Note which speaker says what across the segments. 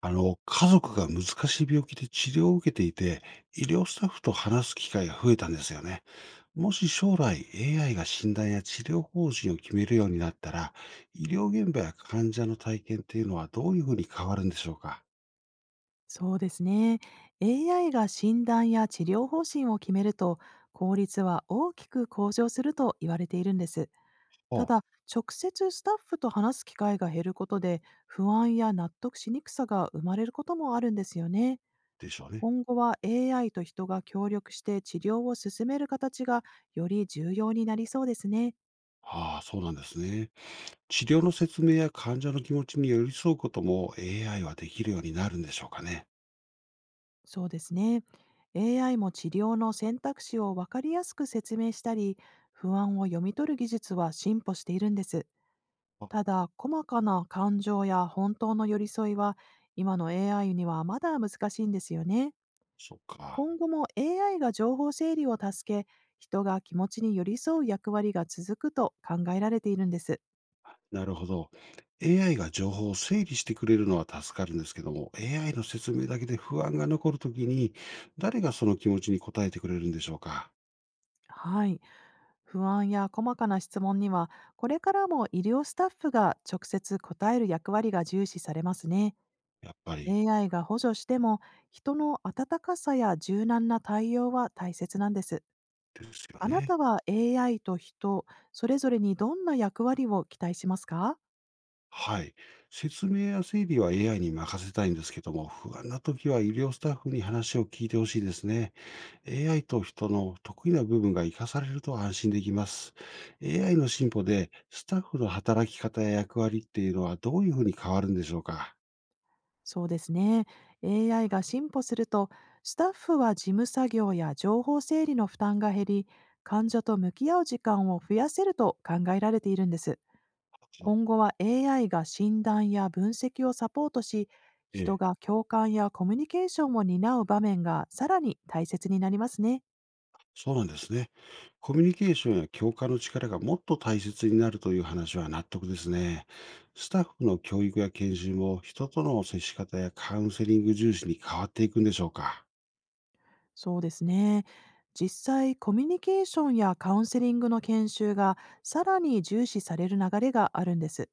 Speaker 1: 家族が難しい病気で治療を受けていて、医療スタッフと話す機会が増えたんですよね。もし将来 AI が診断や治療方針を決めるようになったら、医療現場や患者の体験っていうのはどういうふうに変わるんでしょうか？
Speaker 2: そうですね。AI が診断や治療方針を決めると、効率は大きく向上すると言われているんです。た
Speaker 1: あ。
Speaker 2: だ、直接スタッフと話す機会が減ることで、不安や納得しにくさが生まれることもあるんですよね。
Speaker 1: でしょうね。
Speaker 2: 今後は AI と人が協力して治療を進める形が、より重要になりそうですね。
Speaker 1: ああ、そうなんですね。治療の説明や患者の気持ちに寄り添うことも AI はできるようになるんでしょうかね。
Speaker 2: そうですね。AI も治療の選択肢を分かりやすく説明したり、不安を読み取る技術は進歩しているんです。
Speaker 1: あ、
Speaker 2: ただ、細かな感情や本当の寄り添いは、今の AI にはまだ難しいんですよね。
Speaker 1: そっか。
Speaker 2: 今後も AI が情報整理を助け、人が気持ちに寄り添う役割が続くと考えられているんです。
Speaker 1: なるほど。AI が情報を整理してくれるのは助かるんですけども、AI の説明だけで不安が残るときに、誰がその気持ちに応えてくれるんでしょうか？
Speaker 2: はい。不安や細かな質問には、これからも医療スタッフが直接答える役割が重視されますね。
Speaker 1: やっぱり。
Speaker 2: AI が補助しても、人の温かさや柔軟な対応は大切なんです。
Speaker 1: ですよ
Speaker 2: あな
Speaker 1: ね。
Speaker 2: たは AI と人、それぞれにどんな役割を期待しますか？
Speaker 1: はい。説明や整理は AI に任せたいんですけども、不安なときは医療スタッフに話を聞いてほしいですね。AI と人の得意な部分が活かされると安心できます。AI の進歩で、スタッフの働き方や役割っていうのはどういうふうに変わるんでしょうか？
Speaker 2: そうですね。AI が進歩すると、スタッフは事務作業や情報整理の負担が減り、患者と向き合う時間を増やせると考えられているんです。今後は AI が診断や分析をサポートし、
Speaker 1: え
Speaker 2: 人
Speaker 1: え。
Speaker 2: が共感やコミュニケーションを担う場面がさらに大切になりますね。
Speaker 1: そうなんですね。コミュニケーションや教化の力がもっと大切になるという話は納得ですね。スタッフの教育や研修も人との接し方やカウンセリング重視に変わっていくんでしょうか。
Speaker 2: そうですね。実際、コミュニケーションやカウンセリングの研修が、さらに重視される流れがあるんです。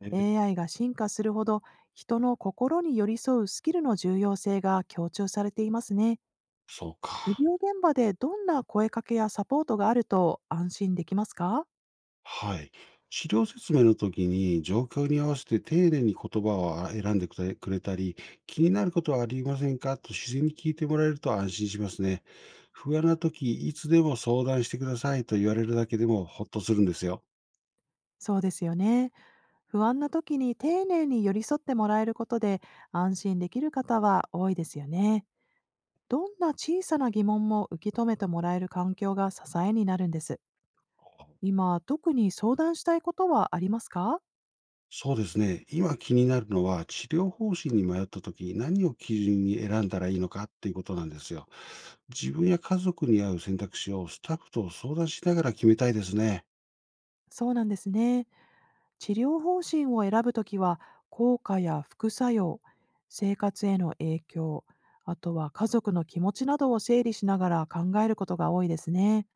Speaker 1: えー。
Speaker 2: AI が進化するほど、人の心に寄り添うスキルの重要性が強調されていますね。
Speaker 1: そう
Speaker 2: 医
Speaker 1: か。
Speaker 2: 療現場でどんな声かけやサポートがあると安心できますか？
Speaker 1: はい。資料説明の時に状況に合わせて丁寧に言葉を選んでくれたり、気になることはありませんかと自然に聞いてもらえると安心しますね。不安な時、いつでも相談してくださいと言われるだけでもほっとするんですよ。
Speaker 2: そうですよね。不安な時に丁寧に寄り添ってもらえることで、安心できる方は多いですよね。どんな小さな疑問も受け止めてもらえる環境が支えになるんです。今、特に相談したいことはありますか？
Speaker 1: そうですね。今気になるのは、治療方針に迷った時、何を基準に選んだらいいのかっていうことなんですよ。自分や家族に合う選択肢をスタッフと相談しながら決めたいですね。
Speaker 2: そうなんですね。治療方針を選ぶときは、効果や副作用、生活への影響、あとは家族の気持ちなどを整理しながら考えることが多いですね。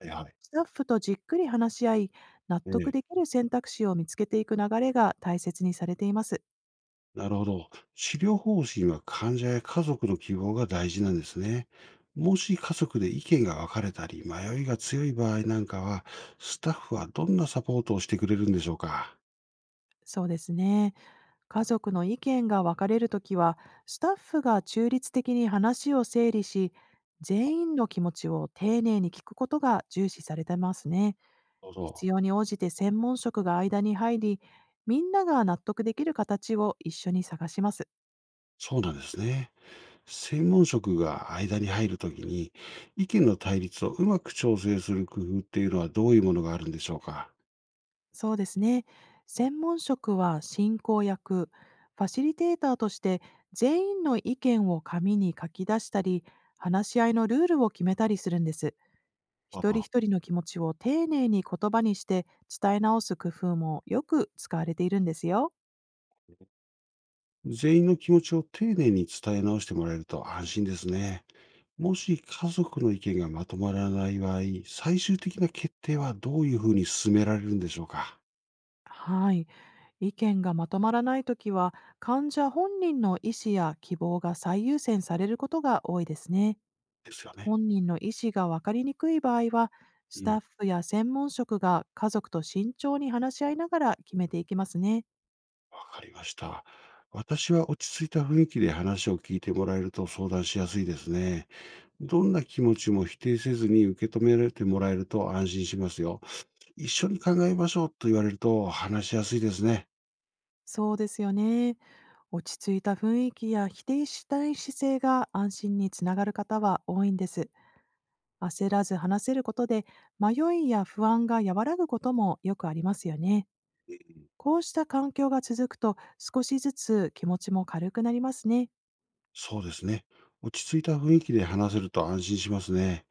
Speaker 1: はいはい。
Speaker 2: スタッフとじっくり話し合い、納
Speaker 1: え
Speaker 2: 得
Speaker 1: え、
Speaker 2: できる選択肢を見つけていく流れが大切にされています。
Speaker 1: なるほど。治療方針は患者や家族の希望が大事なんですね。もし家族で意見が分かれたり、迷いが強い場合なんかは、スタッフはどんなサポートをしてくれるんでしょうか。
Speaker 2: そうですね。家族の意見が分かれるときは、スタッフが中立的に話を整理し、全員の気持ちを丁寧に聞くことが重視されてますね。
Speaker 1: なるほ
Speaker 2: 必
Speaker 1: ど。
Speaker 2: 要に応じて専門職が間に入り、みんなが納得できる形を一緒に探します。
Speaker 1: そうなんですね。専門職が間に入るときに、意見の対立をうまく調整する工夫っていうのはどういうものがあるんでしょうか？
Speaker 2: そうですね。専門職は進行役、ファシリテーターとして、全員の意見を紙に書き出したり、話し合いのルールを決めたりするんです。
Speaker 1: あ
Speaker 2: 一人
Speaker 1: あ、
Speaker 2: 一人の気持ちを丁寧に言葉にして伝え直す工夫もよく使われているんですよ。
Speaker 1: 全員の気持ちを丁寧に伝え直してもらえると安心ですね。もし家族の意見がまとまらない場合、最終的な決定はどういうふうに進められるんでしょうか？
Speaker 2: はい。意見がまとまらないときは、患者本人の意思や希望が最優先されることが多いですね。
Speaker 1: ですよね。
Speaker 2: 本人の意思が分かりにくい場合は、
Speaker 1: う
Speaker 2: スタッ
Speaker 1: ん。
Speaker 2: フや専門職が家族と慎重に話し合いながら決めていきますね。
Speaker 1: わかりました。私は落ち着いた雰囲気で話を聞いてもらえると相談しやすいですね。どんな気持ちも否定せずに受け止められてもらえると安心しますよ。一緒に考えましょうと言われると話しやすいですね。
Speaker 2: そうですよね。落ち着いた雰囲気や否定したい姿勢が安心につながる方は多いんです。焦らず話せることで、迷いや不安が和らぐこともよくありますよね。こうした環境が続くと、少しずつ気持ちも軽くなりますね。
Speaker 1: そうですね。落ち着いた雰囲気で話せると安心しますね。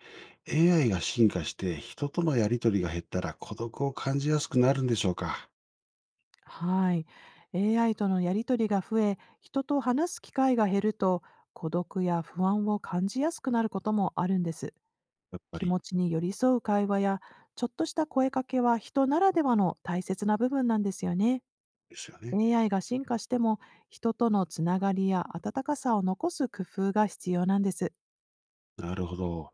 Speaker 1: AI が進化して人とのやりとりが減ったら孤独を感じやすくなるんでしょうか？
Speaker 2: はい。AI とのやりとりが増え、人と話す機会が減ると、孤独や不安を感じやすくなることもあるんです。
Speaker 1: やっぱ
Speaker 2: 気
Speaker 1: り。
Speaker 2: 持ちに寄り添う会話や、ちょっとした声かけは、人ならではの大切な部分なんですよね。
Speaker 1: ですよね。
Speaker 2: AI が進化しても、人とのつながりや温かさを残す工夫が必要なんです。
Speaker 1: なるほど。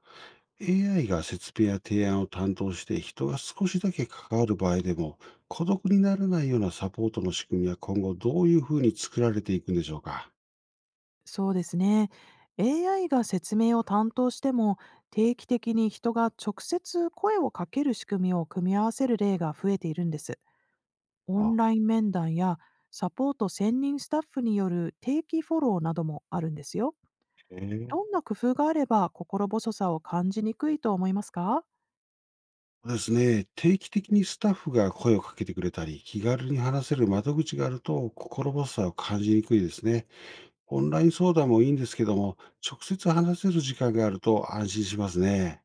Speaker 1: AI が説明や提案を担当して人が少しだけ関わる場合でも孤独にならないようなサポートの仕組みは今後どういうふうに作られていくんでしょうか？
Speaker 2: そうですね。AI が説明を担当しても、定期的に人が直接声をかける仕組みを組み合わせる例が増えているんです。オ
Speaker 1: あ、
Speaker 2: ンライン面談や、サポート専任スタッフによる定期フォローなどもあるんですよ。
Speaker 1: へえ。
Speaker 2: どんな工夫があれば心細さを感じにくいと思いますか？
Speaker 1: そうですね。定期的にスタッフが声をかけてくれたり、気軽に話せる窓口があると心細さを感じにくいですね。オンライン相談もいいんですけども、直接話せる時間があると安心しますね。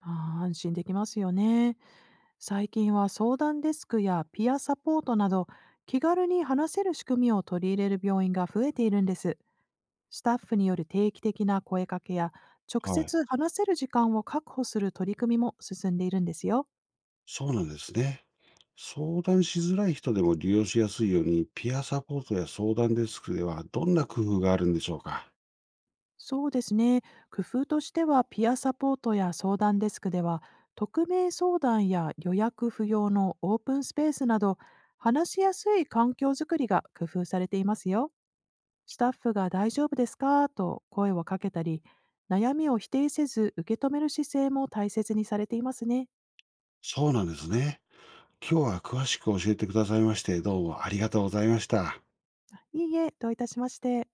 Speaker 2: あー、安心できますよね。最近は相談デスクやピアサポートなど、気軽に話せる仕組みを取り入れる病院が増えているんです。スタッフによる定期的な声かけや、直
Speaker 1: はい。
Speaker 2: 接話せる時間を確保する取り組みも進んでいるんですよ。
Speaker 1: そうなんですね。相談しづらい人でも利用しやすいように、ピアサポートや相談デスクではどんな工夫があるんでしょうか。
Speaker 2: そうですね。工夫としては、ピアサポートや相談デスクでは、匿名相談や予約不要のオープンスペースなど、話しやすい環境づくりが工夫されていますよ。スタッフが大丈夫ですかと声をかけたり、悩みを否定せず受け止める姿勢も大切にされていますね。
Speaker 1: そうなんですね。今日は詳しく教えてくださいまして、どうもありがとうございました。
Speaker 2: いいえ、どういたしまして。